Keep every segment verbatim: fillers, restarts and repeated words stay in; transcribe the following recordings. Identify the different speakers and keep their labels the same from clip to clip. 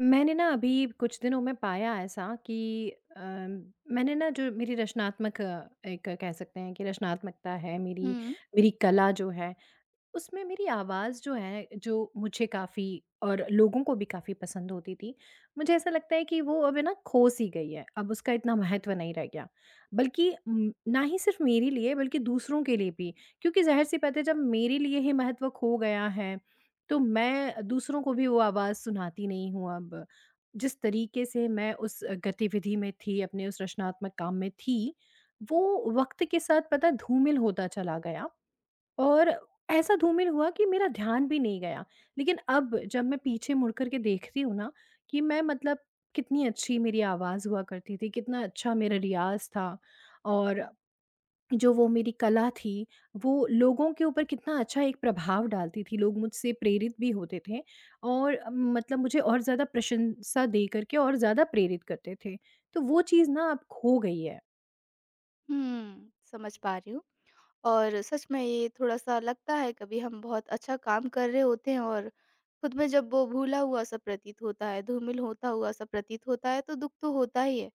Speaker 1: मैंने ना अभी कुछ दिनों में पाया ऐसा कि अ, मैंने ना जो मेरी रचनात्मक, अ, एक कह सकते हैं कि रचनात्मकता है मेरी।
Speaker 2: हुँ,
Speaker 1: मेरी कला जो है, उसमें मेरी आवाज़ जो है, जो मुझे काफ़ी और लोगों को भी काफ़ी पसंद होती थी, मुझे ऐसा लगता है कि वो अब है ना खो-सी गई है, अब उसका इतना महत्व नहीं रह गया। बल्कि उम, ना ही सिर्फ़ मेरे लिए, बल्कि दूसरों के लिए भी, क्योंकि ज़ाहिर-सी बात है, जब मेरे लिए ही महत्व खो गया है, तो मैं दूसरों को भी वो आवाज़ सुनाती नहीं हूँ अब। जिस तरीके से मैं उस गतिविधि में थी, अपने उस रचनात्मक काम में थी, वो वक़्त के साथ पता धूमिल होता चला गया, और ऐसा धूमिल हुआ कि मेरा ध्यान भी नहीं गया। लेकिन अब जब मैं पीछे मुड़ कर के देखती हूँ ना, कि मैं मतलब कितनी अच्छी मेरी आवाज़ हुआ करती थी, कितना अच्छा मेरा रियाज़ था, और जो वो मेरी कला थी, वो लोगों के ऊपर कितना अच्छा एक प्रभाव डालती थी। लोग मुझसे प्रेरित भी होते थे, और अ, मतलब मुझे और ज़्यादा प्रशंसा दे कर के और ज़्यादा प्रेरित करते थे। तो वो चीज़ ना अब खो गई है।
Speaker 2: हुँ। समझ पा रही हूँ। और सच में ये थोड़ा-सा लगता है, कभी हम बहुत अच्छा काम कर रहे होते हैं और खुद में जब वो भूला हुआ-सा प्रतीत होता है, धूमिल होता हुआ-सा प्रतीत होता है, तो दुःख तो होता ही है।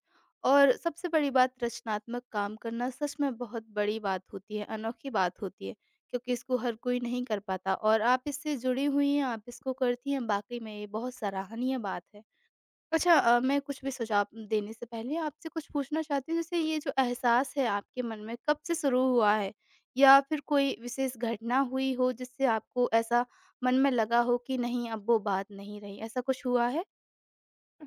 Speaker 2: और सबसे बड़ी बात, रचनात्मक काम करना सच में बहुत बड़ी बात होती है, अनोखी बात होती है, क्योंकि इसको हर कोई नहीं कर पाता और आप इससे जुड़ी हुई हैं, आप इसको करती हैं, वाक़ई में ये बहुत सराहनीय बात है। अच्छा, अ, मैं कुछ भी सुझाव देने से पहले आपसे कुछ पूछना चाहती हूँ। जैसे, ये जो एहसास है आपके मन में, कब से शुरू हुआ है? या फिर कोई विशेष घटना हुई हो जिससे आपको ऐसा मन में लगा हो कि नहीं, अब वो बात नहीं रही, ऐसा कुछ हुआ है?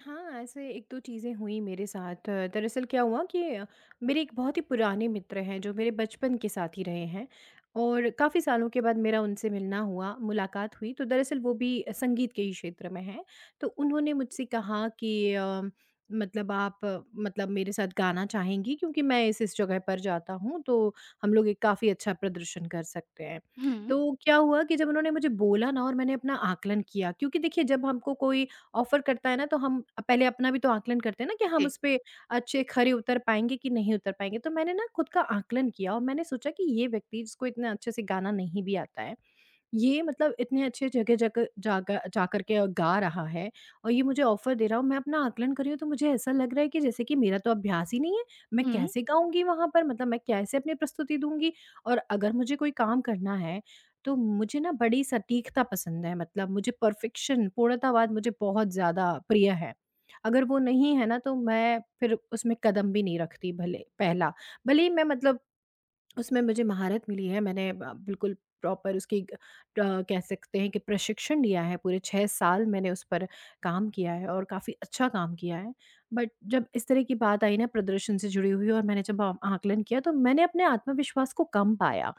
Speaker 1: हाँ, ऐसे एक दो चीज़ें हुई मेरे साथ। अ, दरअसल क्या हुआ कि अ, मेरे एक बहुत ही पुराने मित्र हैं, जो मेरे बचपन के साथी रहे हैं, और काफ़ी सालों के बाद मेरा उनसे मिलना हुआ, मुलाकात हुई। तो दरअसल वो भी संगीत के ही क्षेत्र में हैं। तो उन्होंने मुझसे कहा कि अ, मतलब आप अ, मतलब मेरे साथ गाना चाहेंगी? क्योंकि मैं इस-इस जगह पर जाता हूँ, तो हम लोग एक काफ़ी अच्छा प्रदर्शन कर सकते हैं।
Speaker 2: हुँ।
Speaker 1: तो क्या हुआ कि जब उन्होंने मुझे बोला ना, और मैंने अपना आकलन किया, क्योंकि देखिए, जब हमको कोई ऑफ़र करता है ना, तो हम पहले अपना भी तो आकलन करते हैं ना, कि हम
Speaker 2: जी।
Speaker 1: उस पे अच्छे खरे उतर पाएँगे कि नहीं उतर पाएँगे। तो मैंने ना खुद का आकलन किया, और मैंने सोचा कि ये व्यक्ति, जिसको इतना अच्छे से गाना नहीं भी आता है, ये मतलब इतने अच्छे जगह जगह जाकर जाकर के गा रहा है, और ये मुझे ऑफ़र दे रहा हो, मैं अपना आकलन कर रही हूँ, तो मुझे ऐसा लग रहा है कि जैसे कि मेरा तो अभ्यास ही नहीं है, मैं
Speaker 2: हुँ,
Speaker 1: कैसे गाऊँगी वहाँ पर? मतलब मैं कैसे अपनी प्रस्तुति दूँगी? और अगर मुझे कोई काम करना है, तो मुझे ना बड़ी सटीकता पसंद है, मतलब मुझे परफ़ेक्शन, पूर्णतावाद मुझे बहुत ज़्यादा प्रिय है। अगर वो नहीं है ना, तो मैं फिर उसमें कदम भी नहीं रखती भले पहला। भले ही मैं मतलब उसमें मुझे महारत मिली है। मैंने ब बिल्कुल प्रॉपर उसकी ग अ, कह सकते हैं कि प्रशिक्षण लिया है। पूरे छह साल मैंने उस पर काम किया है, और काफ़ी अच्छा काम किया है। बट जब इस तरह की बात आई ना, प्रदर्शन से जुड़ी हुई, और मैंने जब आ आकलन किया, तो मैंने अपने आत्मविश्वास को कम पाया।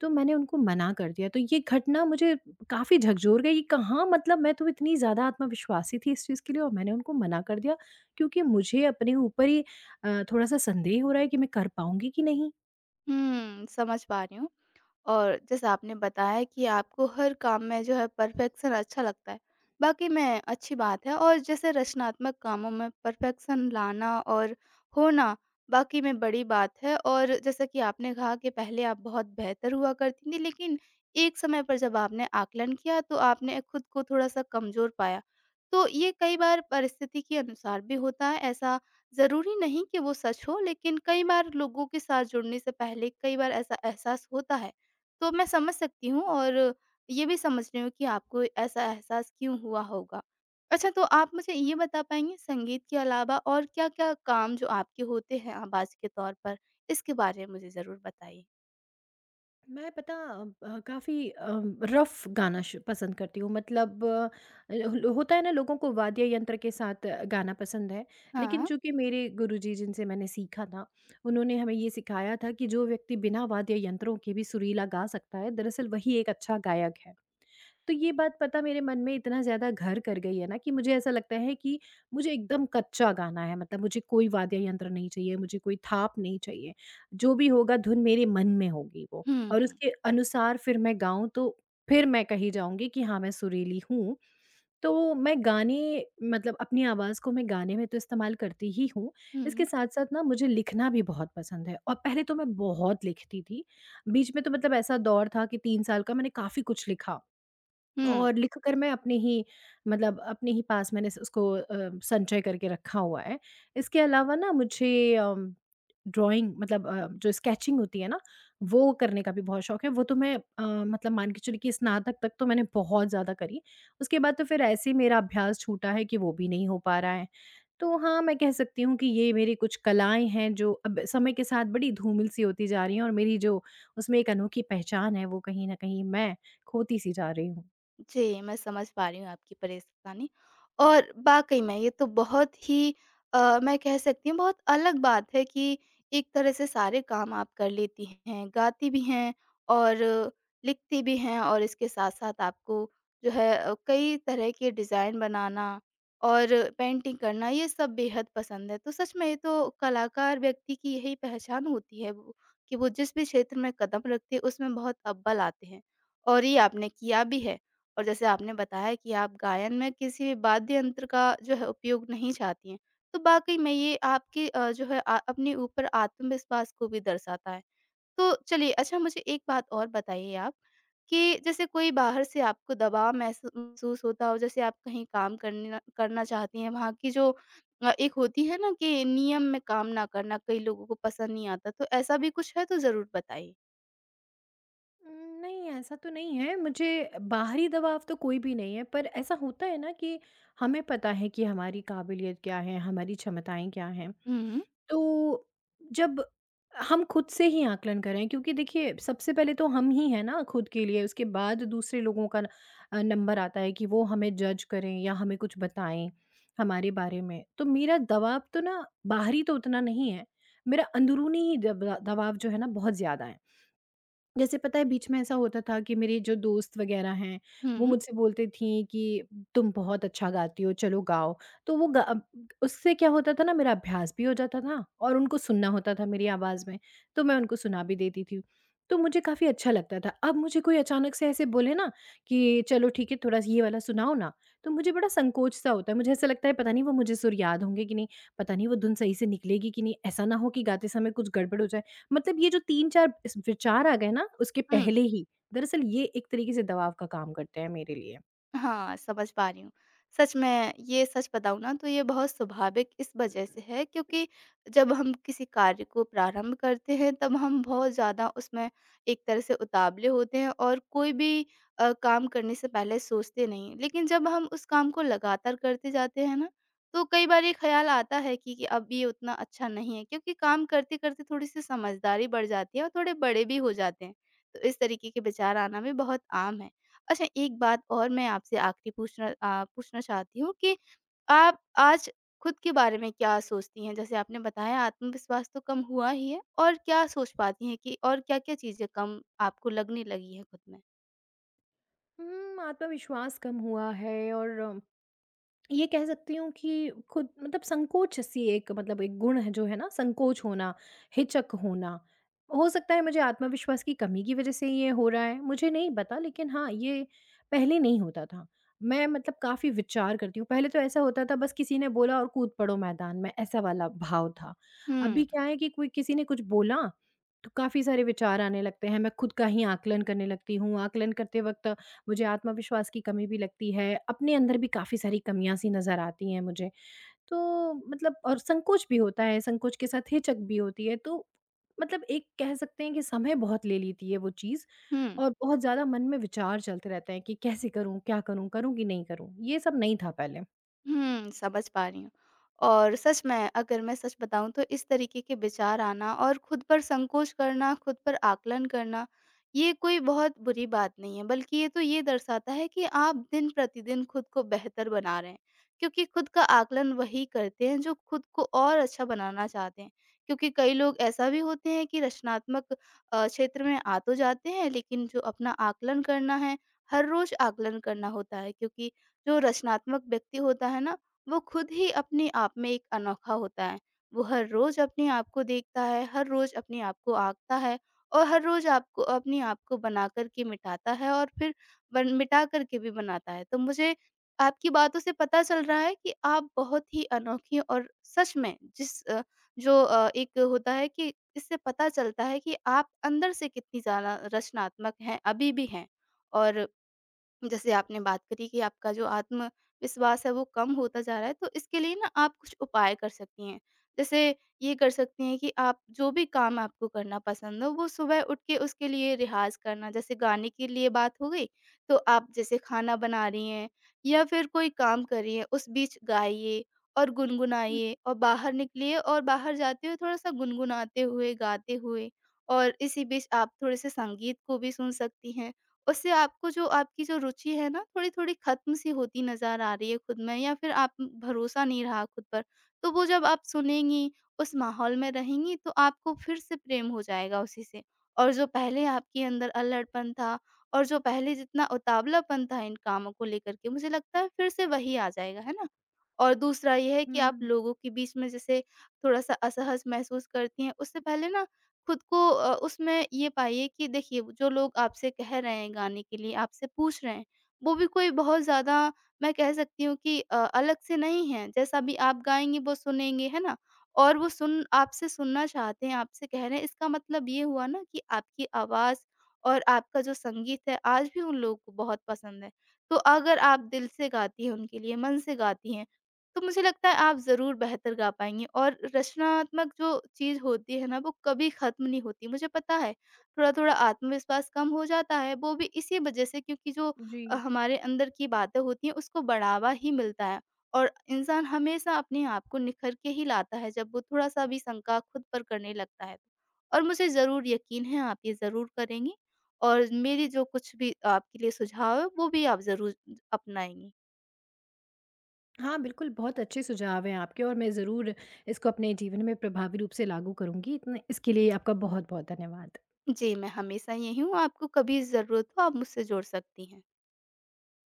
Speaker 1: तो मैंने उनको मना कर दिया। तो ये घटना मुझे काफ़ी झकझोर गई। कि कहाँ, मतलब मैं तो इतनी ज़्यादा आत्मविश्वासी थी इस चीज़ के लिए, और मैंने उनको मना कर दिया, क्योंकि मुझे अपने ऊपर ही अ, थोड़ा-सा संदेह हो रहा है कि मैं कर पाऊँगी कि नहीं?
Speaker 2: हुँ। समझ पा रही हूँ। और जैसा आपने बताया कि आपको हर काम में जो है परफेक्शन अच्छा लगता है, वाक़ई में अच्छी बात है। और जैसे रचनात्मक कामों में परफेक्शन लाना और होना वाक़ई में बड़ी बात है। और जैसा कि आपने कहा कि पहले आप बहुत बेहतर हुआ करती थी, लेकिन एक समय पर जब आपने आकलन किया तो आपने खुद को थोड़ा-सा कमज़ोर पाया। तो ये कई बार परिस्थिति के अनुसार भी होता है, ऐसा ज़रूरी नहीं कि वो सच हो, लेकिन कई बार लोगों के साथ जुड़ने से पहले कई बार ऐसा एहसास होता है। तो मैं समझ सकती हूँ और ये भी समझ रही हूँ कि आपको ऐसा एहसास क्यों हुआ होगा। अच्छा, तो आप मुझे ये बता पाएँगे, संगीत के अलावा और क्या-क्या काम जो आपके होते हैं आवाज़ के तौर पर? इसके बारे में मुझे ज़रूर बताइए।
Speaker 1: मैं पता अ, काफ़ी अ, रफ़ गाना श पसंद करती हूँ, मतलब अ, हो- होता है ना लोगों को वाद्य यंत्र के साथ अ, गाना पसंद है, लेकिन
Speaker 2: हाँ।
Speaker 1: चूँकि मेरे गुरुजी, जिनसे मैंने सीखा था, उन्होंने हमें ये सिखाया था कि जो व्यक्ति बिना वाद्य यंत्रों के भी सुरीला गा सकता है, दरअसल वही एक अच्छा गायक है। तो ये बात पता मेरे मन में इतना ज़्यादा घर कर गई है ना, कि मुझे ऐसा लगता है कि मुझे एकदम कच्चा गाना है, मतलब मुझे कोई वाद्य यंत्र नहीं चाहिए, मुझे कोई थाप नहीं चाहिए। जो भी होगा धुन मेरे मन में होगी वो,
Speaker 2: हुँ,
Speaker 1: और
Speaker 2: हुँ,
Speaker 1: उसके अनुसार फिर मैं गाऊं, तो फिर मैं कही जाऊंगी कि हाँ, मैं सुरीली हूँ। तो मैं गाने, मतलब अपनी आवाज़ को मैं गाने में तो इस्तेमाल करती ही हूँ।
Speaker 2: हुँ।
Speaker 1: इसके साथ साथ ना, मुझे लिखना भी बहुत पसंद है, और पहले तो मैं बहुत लिखती थी। बीच में तो मतलब ऐसा दौर था कि तीन साल का मैंने काफ़ी कुछ लिखा,
Speaker 2: हुँ।
Speaker 1: और लिख कर मैं अपने ही, मतलब अपने ही पास, मैंने स उसको अ, संचय करके रखा हुआ है। इसके अलावा ना मुझे अम, ड्राइंग, मतलब अ, जो स्केचिंग होती है ना, वो करने का भी बहुत शौक है। वो तो मैं अ, मतलब मान के चलिए कि स्नातक तक तो मैंने बहुत ज़्यादा करी। उसके बाद तो फिर ऐसे ही मेरा अभ्यास छूटा है, कि वो भी नहीं हो पा रहा है। तो हाँ, मैं कह सकती हूँ कि ये मेरी कुछ कलाएँ हैं, जो अब समय के साथ बड़ी धूमिल-सी होती जा रही हैं, और मेरी जो उसमें एक अनोखी पहचान है, वो कहीं न कहीं मैं खोती-सी जा रही हूँ।
Speaker 2: जी, मैं समझ पा रही हूँ आपकी परेशानी। और वाक़ई में ये तो बहुत ही, अ, मैं कह सकती हूँ, बहुत अलग बात है कि एक तरह से सारे काम आप कर लेती हैं, गाती भी हैं और लिखती भी हैं और इसके साथ-साथ आपको जो है, अ, कई तरह के डिज़ाइन बनाना और पेंटिंग करना, ये सब बेहद पसंद है। तो सच में ये तो कलाकार व्यक्ति की यही पहचान होती है, वो कि वो जिस भी क्षेत्र में कदम रखते हैं उसमें बहुत अव्वल आते हैं, और ये आपने किया भी है। और जैसे आपने बताया कि आप गायन में किसी भी वाद्य यंत्र का जो है उपयोग नहीं चाहती हैं, तो वाक़ई में ये आपकी अ, जो है अ, अपने ऊपर आत्मविश्वास को भी दर्शाता है। तो चलिए, अच्छा मुझे एक बात और बताइए आप, कि जैसे कोई बाहर से आपको दबाव महसू महसूस होता हो, जैसे आप कहीं काम करना करना चाहती हैं, वहाँ की जो अ, एक होती है ना कि नियम में काम ना करना, कई लोगों को पसंद नहीं आता, तो ऐसा भी कुछ है तो ज़रूर बताइए?
Speaker 1: उम, नहीं, ऐसा तो नहीं है। मुझे बाहरी दबाव तो कोई भी नहीं है, पर ऐसा होता है ना, कि हमें पता है कि हमारी काबिलियत क्या है, हमारी क्षमताएँ क्या हैं।
Speaker 2: हुँ,
Speaker 1: तो जब हम खुद से ही आकलन करें, क्योंकि देखिए, सबसे पहले तो हम ही हैं ना खुद के लिए, उसके बाद दूसरे लोगों का न अ, नंबर आता है कि वो हमें जज करें या हमें कुछ बताएँ हमारे बारे में। तो मेरा दबाव तो ना बाहरी तो उतना नहीं है, मेरा अंदरूनी ही दबा दबाव जो है ना बहुत ज़्यादा है। जैसे पता है बीच में ऐसा होता था कि मेरी जो दोस्त वग़ैरह हैं, वो
Speaker 2: हुँ,
Speaker 1: मुझसे बोलती थीं कि तुम बहुत अच्छा गाती हो, चलो गाओ। तो वो गा अ, उससे क्या होता था ना, मेरा अभ्यास भी हो जाता था और उनको सुनना होता था मेरी आवाज़ में, तो मैं उनको सुना भी देती थी। तो मुझे काफ़ी अच्छा लगता था। अब मुझे कोई अचानक से ऐसे बोले ना कि चलो ठीक है, थोड़ा सा ये वाला सुनाओ ना, तो मुझे बड़ा संकोच सा होता है। मुझे ऐसा लगता है पता नहीं वो मुझे सुर याद होंगे कि नहीं, पता नहीं वो धुन सही से निकलेगी कि नहीं, ऐसा ना हो कि गाते समय कुछ गड़बड़ हो जाए। मतलब ये जो तीन चार इस विचार आ गए ना, उसके
Speaker 2: हुँ।
Speaker 1: पहले ही, दरअसल ये एक तरीके से दबाव का काम करते हैं मेरे लिए।
Speaker 2: हाँ, समझ पा रही हूँ। सच में, ये सच बताऊँ ना तो ये बहुत स्वाभाविक इस वज़ह से है, क्योंकि जब हम किसी कार्य को प्रारंभ करते हैं तब हम बहुत ज़्यादा उसमें एक तरह से उतावले होते हैं और कोई भी अ, काम करने से पहले सोचते नहीं। लेकिन जब हम उस काम को लगातार करते जाते हैं ना, तो कई बार ये ख़्याल आता है कि कि अब ये उतना अच्छा नहीं है, क्योंकि काम करते-करते थोड़ी-सी समझदारी बढ़ जाती है और थोड़े बड़े भी हो जाते हैं। तो इस तरीके के विचार आना भी बहुत आम है। अच्छा, एक बात और मैं आपसे आखिरी पूछना अ, पूछना चाहती हूँ कि आप आज खुद के बारे में क्या सोचती हैं? जैसे आपने बताया आत्मविश्वास तो कम हुआ ही है, और क्या सोच पाती हैं कि और क्या-क्या चीज़ें कम आपको लगने लगी हैं खुद में?
Speaker 1: हुँ, आत्मविश्वास कम हुआ है, और ये कह सकती हूँ कि खुद मतलब संकोच सी, एक मतलब एक गुण है जो है ना, संकोच होना, हिचक होना। हो सकता है मुझे आत्मविश्वास की कमी की वज़ह से ये हो रहा है, मुझे नहीं पता, लेकिन हाँ, ये पहले नहीं होता था। मैं मतलब काफ़ी विचार करती हूँ, पहले तो ऐसा होता था बस किसी ने बोला और कूद पड़ो मैदान में, ऐसा वाला भाव था।
Speaker 2: हुँ,
Speaker 1: अभी क्या है कि कोई किसी ने कुछ बोला, तो काफ़ी सारे विचार आने लगते हैं, मैं खुद का ही आकलन करने लगती हूँ, आकलन करते वक़्त मुझे आत्मविश्वास की कमी भी लगती है, अपने अंदर भी काफ़ी सारी कमियाँ सी नज़र आती हैं मुझे। तो मतलब और संकोच भी होता है, संकोच के साथ हिचक भी होती है, तो मतलब एक कह सकते हैं कि समय बहुत ले लेती है वो चीज़।
Speaker 2: हुँ।
Speaker 1: और बहुत ज़्यादा मन में विचार चलते रहते हैं कि कैसे करूँ, क्या करूँ, करूँ कि नहीं करूँ? ये सब नहीं था पहले।
Speaker 2: हुँ, समझ पा रही हूँ। और सच में, अगर मैं सच बताऊँ तो इस तरीके के विचार आना और खुद पर संकोच करना, खुद पर आकलन करना, ये कोई बहुत बुरी बात नहीं है, बल्कि ये तो ये दर्शाता है कि आप दिन-प्रतिदिन खुद को बेहतर बना रहे हैं। क्योंकि खुद का आकलन वही करते हैं जो खुद को और अच्छा बनाना चाहते हैं। क्योंकि कई लोग ऐसा भी होते हैं कि रचनात्मक अ, क्षेत्र में आ तो जाते हैं, लेकिन जो अपना आकलन करना है, हर रोज़ आकलन करना होता है, क्योंकि जो रचनात्मक व्यक्ति होता है ना, वो खुद ही अपने आप में एक अनोखा होता है। वो हर रोज़ अपने आप को देखता है, हर रोज़ अपने आप को आँकता है, और हर रोज़ आपको अपने आप को बना कर के मिटाता है और फिर बन मिटा कर के भी बनाता है। तो मुझे आपकी बातों से पता चल रहा है कि आप बहुत ही अनोखी, और सच में जिस अ, जो अ, एक होता है कि इससे पता चलता है कि आप अंदर से कितनी ज़्यादा रचनात्मक हैं, अभी भी हैं। और जैसे आपने बात करी कि आपका जो आत्मविश्वास है वो कम होता जा रहा है, तो इसके लिए ना आप कुछ उपाय कर सकती हैं। जैसे, ये कर सकती हैं कि आप जो भी काम आपको करना पसंद हो वो सुबह उठ के उसके लिए रियाज़ करना। जैसे गाने के लिए बात हो गई, तो आप जैसे खाना बना रही हैं या फिर कोई काम कर रही हैं, उस बीच गाइए और गुनगुनाइए। और बाहर निकलिए, और बाहर जाते हुए थोड़ा-सा गुनगुनाते हुए, गाते हुए। और इसी बीच आप थोड़े-से संगीत को भी सुन सकती हैं। उससे आपको, जो आपकी जो रुचि है ना थोड़ी-थोड़ी खत्म सी होती नज़र आ रही है खुद में, या फिर आप भरोसा नहीं रहा खुद पर, तो वो जब आप सुनेंगी, उस माहौल में रहेंगी, तो आपको फिर से प्रेम हो जाएगा उसी से। और जो पहले आपके अंदर अल्हड़पन था, और जो पहले जितना उतावलापन था इन कामों को लेकर के, मुझे लगता है फिर से वही आ जाएगा, है ना? और दूसरा ये है कि
Speaker 1: हुँ,
Speaker 2: आप
Speaker 1: हुँ।
Speaker 2: लोगों के बीच में जैसे थोड़ा-सा असहज महसूस करती हैं, उससे पहले ना खुद को अ, उसमें ये पाइए कि देखिए, जो लोग आपसे कह रहे हैं गाने के लिए, आपसे पूछ रहे हैं, वो भी कोई बहुत ज़्यादा, मैं कह सकती हूँ कि अ, अलग से नहीं हैं। जैसा भी आप गाएँगे वो सुनेंगे, है ना? और वो सुन, आपसे सुनना चाहते हैं, आपसे कह रहे हैं, इसका मतलब ये हुआ ना कि आपकी आवाज़ और आपका जो संगीत है, आज भी उन लोगों को बहुत पसंद है। तो अगर आप दिल से गाती हैं उनके लिए, मन से गाती हैं, तो मुझे लगता है आप ज़रूर बेहतर गा पाएँगी। और रचनात्मक जो चीज़ होती है ना, वो कभी ख़त्म नहीं होती। मुझे पता है, थोड़ा-थोड़ा आत्मविश्वास कम हो जाता है, वो भी इसी वज़ह से, क्योंकि जो
Speaker 1: जी।
Speaker 2: अ, हमारे अंदर की बातें होती हैं, उसको बढ़ावा ही मिलता है, और इंसान हमेशा अपने आप को निखर के ही लाता है, जब वो थोड़ा-सा भी शंका खुद पर करने लगता है। और मुझे ज़रूर यकीन है, आप ये ज़रूर करेंगी, और मेरी जो कुछ भी आपके लिए सुझाव है, वो भी आप ज़रूर अपनाएँगी।
Speaker 1: हाँ, बिल्कुल बहुत अच्छे सुझाव हैं आपके, और मैं ज़रूर इसको अपने जीवन में प्रभावी रूप से लागू करूँगी। इतने इसके लिए आपका बहुत-बहुत धन्यवाद।
Speaker 2: जी, मैं हमेशा यहीं हूँ, आपको कभी ज़रूरत हो आप मुझसे जुड़ सकती हैं।